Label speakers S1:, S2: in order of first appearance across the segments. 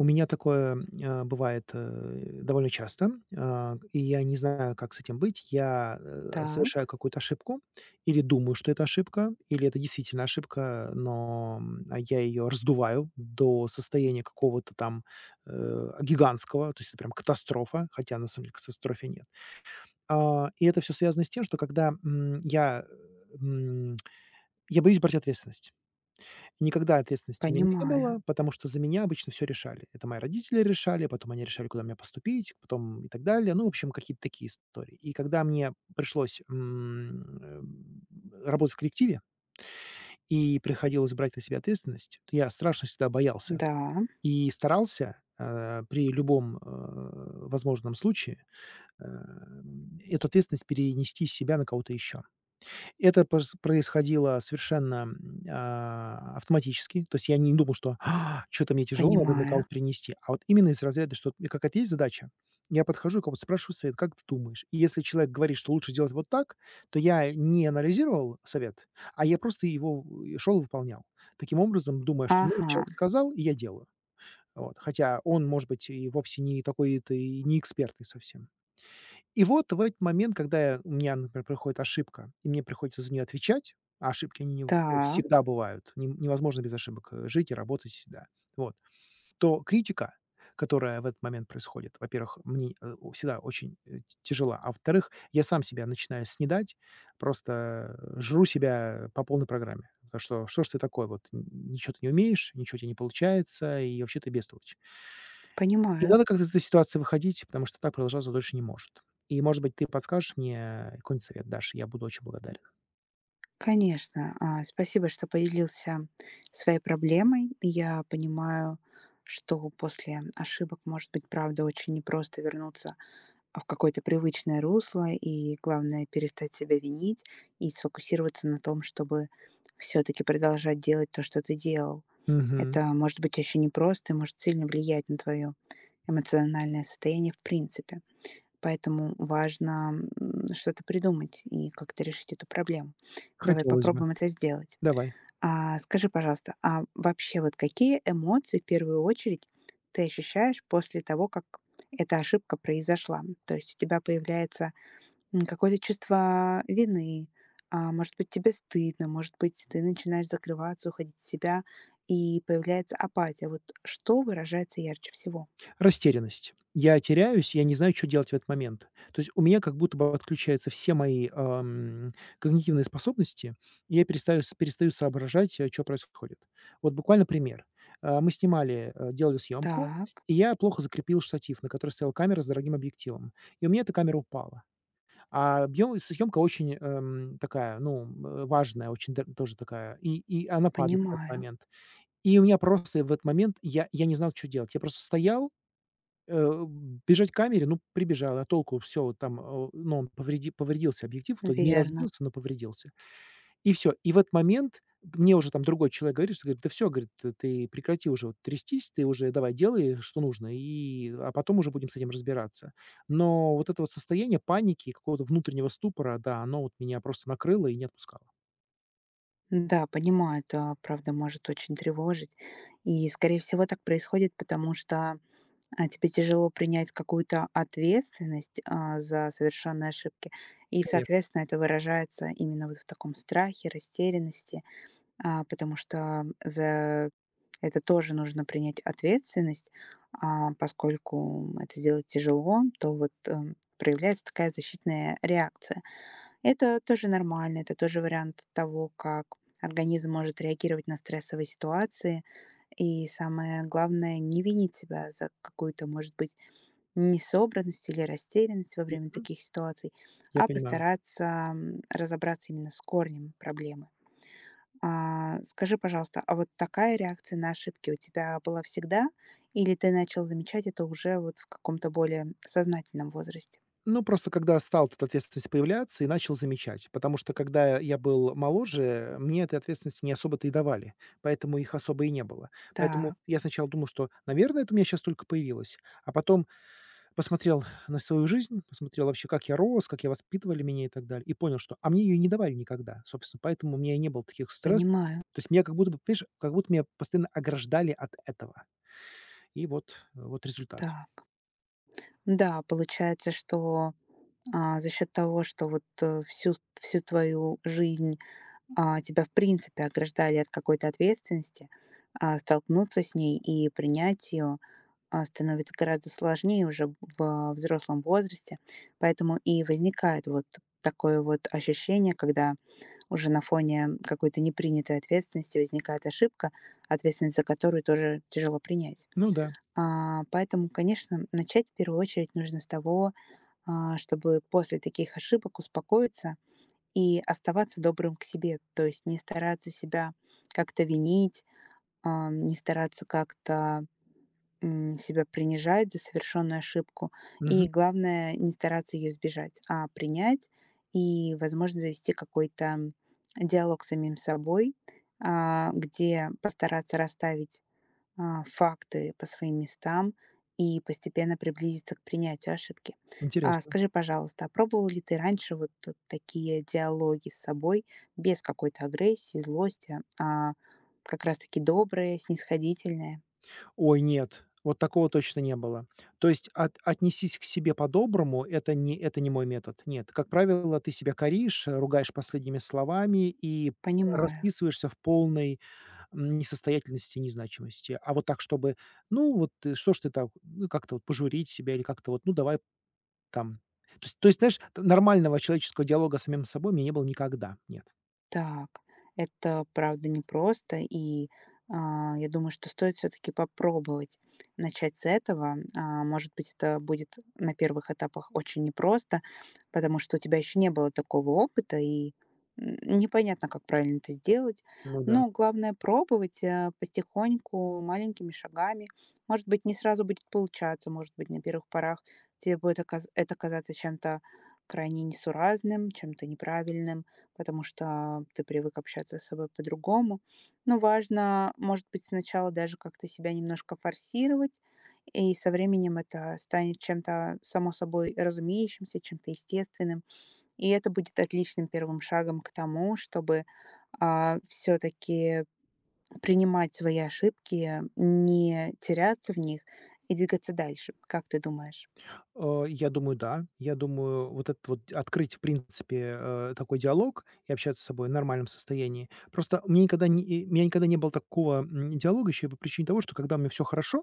S1: У меня такое, бывает, довольно часто, и я не знаю, как с этим быть. Я,
S2: Так,
S1: совершаю какую-то ошибку или думаю, что это ошибка, или это действительно ошибка, но, я ее раздуваю до состояния какого-то там, гигантского, то есть это прям катастрофа, хотя на самом деле катастрофе нет. И это все связано с тем, что когда, я боюсь брать ответственность. Никогда ответственности у меня не
S2: понимаю.
S1: было, потому что за меня обычно все решали. Это мои родители решали, потом они решали, куда мне поступить, потом и так далее. Ну, в общем, какие-то такие истории. И когда мне пришлось, работать в коллективе и приходилось брать на себя ответственность, то я страшно всегда боялся
S2: Да,
S1: и старался, при любом, возможном случае, э, эту ответственность перенести с себя на кого-то еще. Это пос происходило совершенно, автоматически. То есть я не думал, что что то мне тяжело, надо на
S2: понимаю.
S1: кого-то принести. А вот именно из разряда, что у какая-то есть задача, я подхожу и кого-то спрашиваю совет: «Как ты думаешь?» И если человек говорит, что лучше сделать вот так, то я не анализировал совет, а я просто его шел и выполнял. Таким образом, думая, что, ну,
S2: Ага,
S1: человек сказал, и я делаю. Вот. Хотя он, может быть, и вовсе не такой-то и не экспертный совсем. И вот в этот момент, когда я у меня, например, происходит ошибка, и мне приходится за нее отвечать, а ошибки, они не в ну,
S2: так,
S1: всегда бывают, не невозможно без ошибок, жить и работать всегда, вот, то критика, которая в этот момент происходит, во-первых, мне, э, о всегда очень, э, т тяжела, а во-вторых, я сам себя начинаю снедать, просто, жру себя по полной программе. За что: «Что ж ты такой вот, н ничего ты не умеешь, ничего у тя не получается, и вообще ты бестолочь». И
S2: понимаю.
S1: надо как-то из этой ситуации выходить, потому что так продолжаться дольше не может. И, может быть, ты подскажешь мне какой-нибудь совет дашь, я буду очень благодарен.
S2: Конечно, спасибо, что поделился своей проблемой. Я понимаю, что после ошибок может быть, правда, очень непросто вернуться в какое-то привычное русло, и главное перестать себя винить и сфокусироваться на том, чтобы все-таки продолжать делать то, что ты делал.
S1: Мгм.
S2: Это может быть очень непросто и может сильно влиять на твое эмоциональное состояние в принципе. Поэтому важно что-то придумать и как-то решить эту проблему. Давай
S1: Хотелось бы.
S2: попробуем это сделать.
S1: Давай.
S2: А скажи, пожалуйста, а вообще вот какие эмоции в первую очередь ты ощущаешь после того, как эта ошибка произошла? То есть у тебя появляется какое-то чувство вины. Может быть, тебе стыдно, может быть, ты начинаешь закрываться, уходить в себя, и появляется апатия. Вот что выражается ярче всего?
S1: Растерянность. Я теряюсь, я не знаю, что делать в этот момент. То есть у меня как будто бы отключаются все мои, когнитивные способности, и я перестаю соображать, что происходит. Вот буквально пример. Мы снимали, делали съемку,
S2: Так,
S1: и я плохо закрепил штатив, на который стояла камера с дорогим объективом. И у меня эта камера упала. А бьё Съёмка очень, такая, ну, важная, очень д тоже такая, и она падает в этот
S2: понимаю.
S1: момент. И у меня просто в этот момент я не знал, что делать. Я просто стоял, э, бежать к камере, ну, прибежал, а толку? Всё, вот там, ну, он повредился объектив в итоге, не
S2: Верно.
S1: разбился, но повредился. И все. И в этот момент мне уже там другой человек говорит, что говорит: «Да все, говорит, т ты прекрати уже вот трястись, ты уже давай делай, что нужно, и потом уже будем с этим разбираться». Но вот это вот состояние паники, какого-то внутреннего ступора, да, оно вот меня просто накрыло и не отпускало.
S2: Да, понимаю, это правда может очень тревожить. И, скорее всего, так происходит, потому что тебе тяжело принять какую-то ответственность за совершенные ошибки. И,
S1: Конечно.
S2: соответственно, это выражается именно вот в таком страхе, растерянности. Потому что за это тоже нужно принять ответственность, а поскольку это сделать тяжело, то вот, проявляется такая защитная реакция. Это тоже нормально, это тоже вариант того, как организм может реагировать на стрессовые ситуации. И самое главное, не винить себя за какую-то, может быть, несобранность или растерянность во время
S1: Мгм.
S2: таких ситуаций,
S1: Я
S2: а
S1: понимаю.
S2: постараться, разобраться именно с корнем проблемы. Скажи, пожалуйста, а вот такая реакция на ошибки у тебя была всегда, или ты начал замечать это уже вот в каком-то более сознательном возрасте?
S1: Ну, просто когда стал эта ответственность появляться и начал замечать. Потому что, когда я был моложе, мне этой ответственности не особо-то и давали, поэтому их особо и не было. Поэтому
S2: Так,
S1: я сначала думал, что, наверное, это у меня сейчас только появилось, а потом посмотрел на свою жизнь, посмотрел вообще, как я рос, как я воспитывали меня и так далее, и понял, что мне ее не давали никогда. Собственно, поэтому у меня и не было таких стрессов.
S2: понимаю.
S1: То есть меня как будто бы, понимаешь, как будто меня постоянно ограждали от этого. И вот вот результат.
S2: Так. Да, получается, что за счет того, что вот всю твою жизнь тебя в принципе ограждали от какой-то ответственности, столкнуться с ней и принять ее, становится гораздо сложнее уже во взрослом возрасте. Поэтому и возникает вот такое вот ощущение, когда уже на фоне какой-то непринятой ответственности возникает ошибка, ответственность за которую тоже тяжело принять.
S1: Ну да.
S2: Поэтому, конечно, начать в первую очередь нужно с того, чтобы после таких ошибок успокоиться и оставаться добрым к себе, то есть не стараться себя как-то винить, не стараться как-то себя принижать за совершенную ошибку. И
S1: Мгм.
S2: главное, не стараться ее избежать, а принять и, возможно, завести какой-то диалог с самим собой, где постараться расставить факты по своим местам и постепенно приблизиться к принятию ошибки.
S1: Интересно.
S2: Скажи, пожалуйста, а пробовал ли ты раньше вот такие диалоги с собой без какой-то агрессии, злости, а как раз-таки добрые, снисходительные?
S1: Ой, нет, вот такого точно не было. То есть от «отнесись к себе по-доброму» — это не мой метод. Нет, как правило, ты себя коришь, ругаешь последними словами и
S2: Понимаю.
S1: расписываешься в полной несостоятельности и незначимости. А вот так, чтобы: «Ну вот, что ж ты так?» Ну, как-то вот пожурить себя или как-то вот: «Ну, давай там». То есть, знаешь, т нормального человеческого диалога с самим собой у меня не было никогда. Нет.
S2: Так, это правда непросто, и я думаю, что стоит все-таки попробовать начать с этого. А, может быть, это будет на первых этапах очень непросто, потому что у тебя еще не было такого опыта, и непонятно, как правильно это сделать.
S1: Ну да.
S2: Но главное пробовать потихоньку, маленькими шагами. Может быть, не сразу будет получаться, может быть, на первых порах тебе будет это казаться чем-то крайне несуразным, чем-то неправильным, потому что ты привык общаться с собой по-другому. Но важно, может быть, сначала даже как-то себя немножко форсировать, и со временем это станет чем-то само собой разумеющимся, чем-то естественным. И это будет отличным первым шагом к тому, чтобы все-таки принимать свои ошибки, не теряться в них и двигаться дальше. Как ты думаешь?
S1: Я думаю, да. Я думаю, вот этот вот открыть, в принципе, такой диалог и общаться с собой в нормальном состоянии. Просто у меня никогда не было такого, диалога еще и по причине того, что когда мне все хорошо,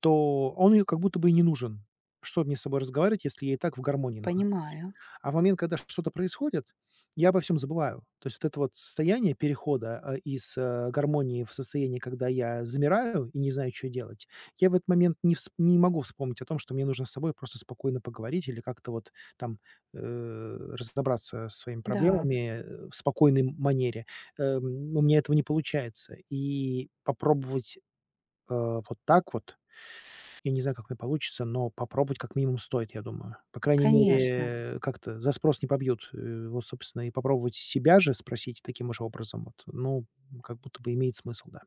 S1: то он как будто бы и не нужен. Что мне с собой разговаривать, если я и так в гармонии нах
S2: Понимаю.
S1: А в момент, когда что-то происходит, я обо всем забываю. То есть вот это вот состояние перехода, из гармонии в состояние, когда я замираю и не знаю, что делать, я в этот момент не могу вспомнить о том, что мне нужно с собой просто спокойно поговорить или как-то вот там, разобраться со своими
S2: Да,
S1: проблемами, в спокойной манере. У меня этого не получается. И попробовать, э, вот так вот я не знаю, как мне получится, но попробовать как минимум стоит, я думаю. По крайней
S2: конечно.
S1: мере, как-то за спрос не побьют. Вот, собственно, и попробовать себя же спросить таким же образом вот, ну, как будто бы имеет смысл, да.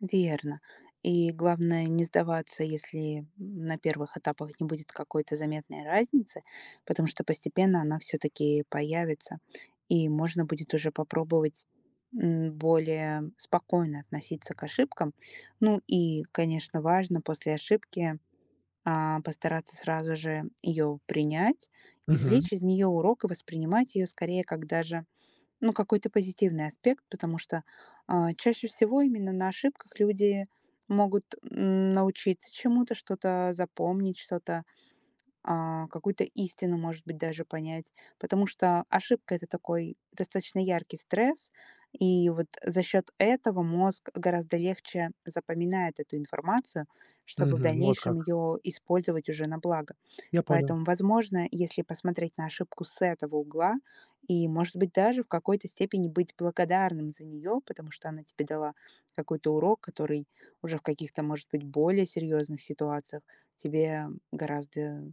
S2: Верно. И главное не сдаваться, если на первых этапах не будет какой-то заметной разницы, потому что постепенно она все-таки появится, и можно будет уже попробовать более спокойно относиться к ошибкам. Ну и, конечно, важно после ошибки постараться сразу же ее принять,
S1: Мгм,
S2: извлечь из нее урок и воспринимать ее скорее как даже ну, какой-то позитивный аспект, потому что, чаще всего именно на ошибках люди могут, научиться чему-то, что-то запомнить, что-то какую-то истину, может быть, даже понять. Потому что ошибка это такой достаточно яркий стресс, и вот за счет этого мозг гораздо легче запоминает эту информацию, чтобы в
S1: мгм. Вот
S2: дальнейшем
S1: как.
S2: ее использовать уже на благо.
S1: Я понял.
S2: Поэтому, возможно, если посмотреть на ошибку с этого угла, и, может быть, даже в какой-то степени быть благодарным за нее, потому что она тебе дала какой-то урок, который уже в каких-то, может быть, более серьезных ситуациях тебе гораздо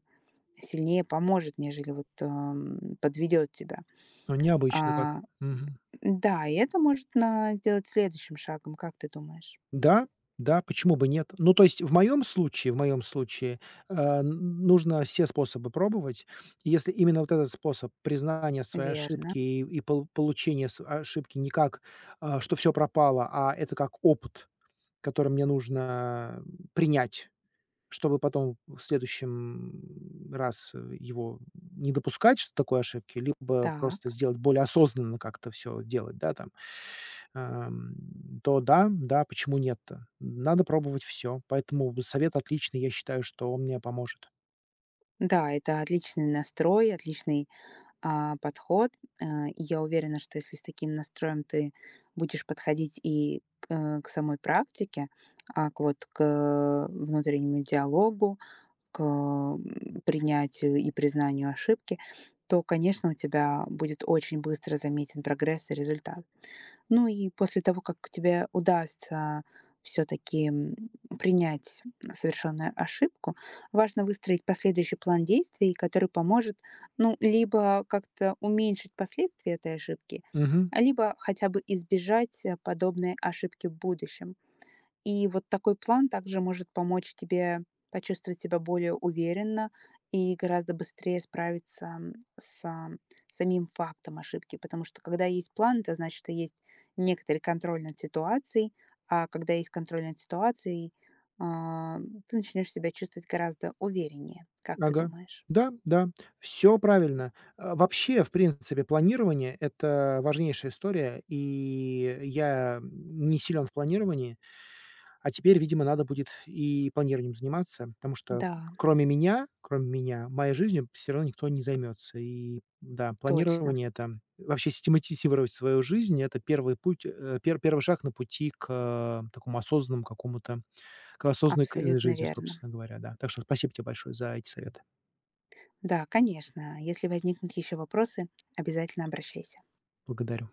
S2: сильнее поможет, нежели вот, подведет тебя.
S1: Ну, необычно
S2: А,
S1: как. Мгм.
S2: да, и это может на сделать следующим шагом, как ты думаешь?
S1: Да, да, почему бы нет? Ну, то есть в моем случае, а, н нужно все способы пробовать. И если именно вот этот способ признания своей
S2: Верно.
S1: ошибки и получения с ошибки не как, что все пропало, а это как опыт, который мне нужно принять, чтобы потом в следующем раз его не допускать, что такой ошибки, либо просто
S2: Так.
S1: сделать более осознанно как-то все делать, да, там. Ам, То да, да, почему нет-то? Надо пробовать все. Поэтому совет отличный, я считаю, что он мне поможет.
S2: Да, это отличный настрой, отличный, подход. И я уверена, что если с таким настроем ты будешь подходить и к, к самой практике, к вот к внутреннему диалогу, к принятию и признанию ошибки, то, конечно, у тебя будет очень быстро заметен прогресс и результат. Ну и после того, как тебе удастся все-таки принять совершенную ошибку, важно выстроить последующий план действий, который поможет, ну, либо как-то уменьшить последствия этой ошибки,
S1: Мгм.
S2: а либо хотя бы избежать подобной ошибки в будущем. И вот такой план также может помочь тебе почувствовать себя более уверенно и гораздо быстрее справиться с самим фактом ошибки. Потому что когда есть план, это значит, что есть некоторый контроль над ситуацией, а когда есть контроль над ситуацией, а, ты начнешь себя чувствовать гораздо увереннее, как ты
S1: Ага.
S2: думаешь?
S1: Да, да, все правильно. Вообще, в принципе, планирование — это важнейшая история, и я не силен в планировании. А теперь, видимо, надо будет и планированием заниматься, потому что
S2: Да,
S1: кроме меня, моей жизнью все равно никто не займется. И да,
S2: точно,
S1: планирование — это вообще систематизировать свою жизнь — это первый путь, первый шаг на пути к, такому осознанному какому-то к осознанной
S2: абсолютно
S1: жизни,
S2: верно.
S1: собственно говоря, да. Так что спасибо тебе большое за эти советы.
S2: Да, конечно, если возникнут еще вопросы, обязательно обращайся.
S1: Благодарю.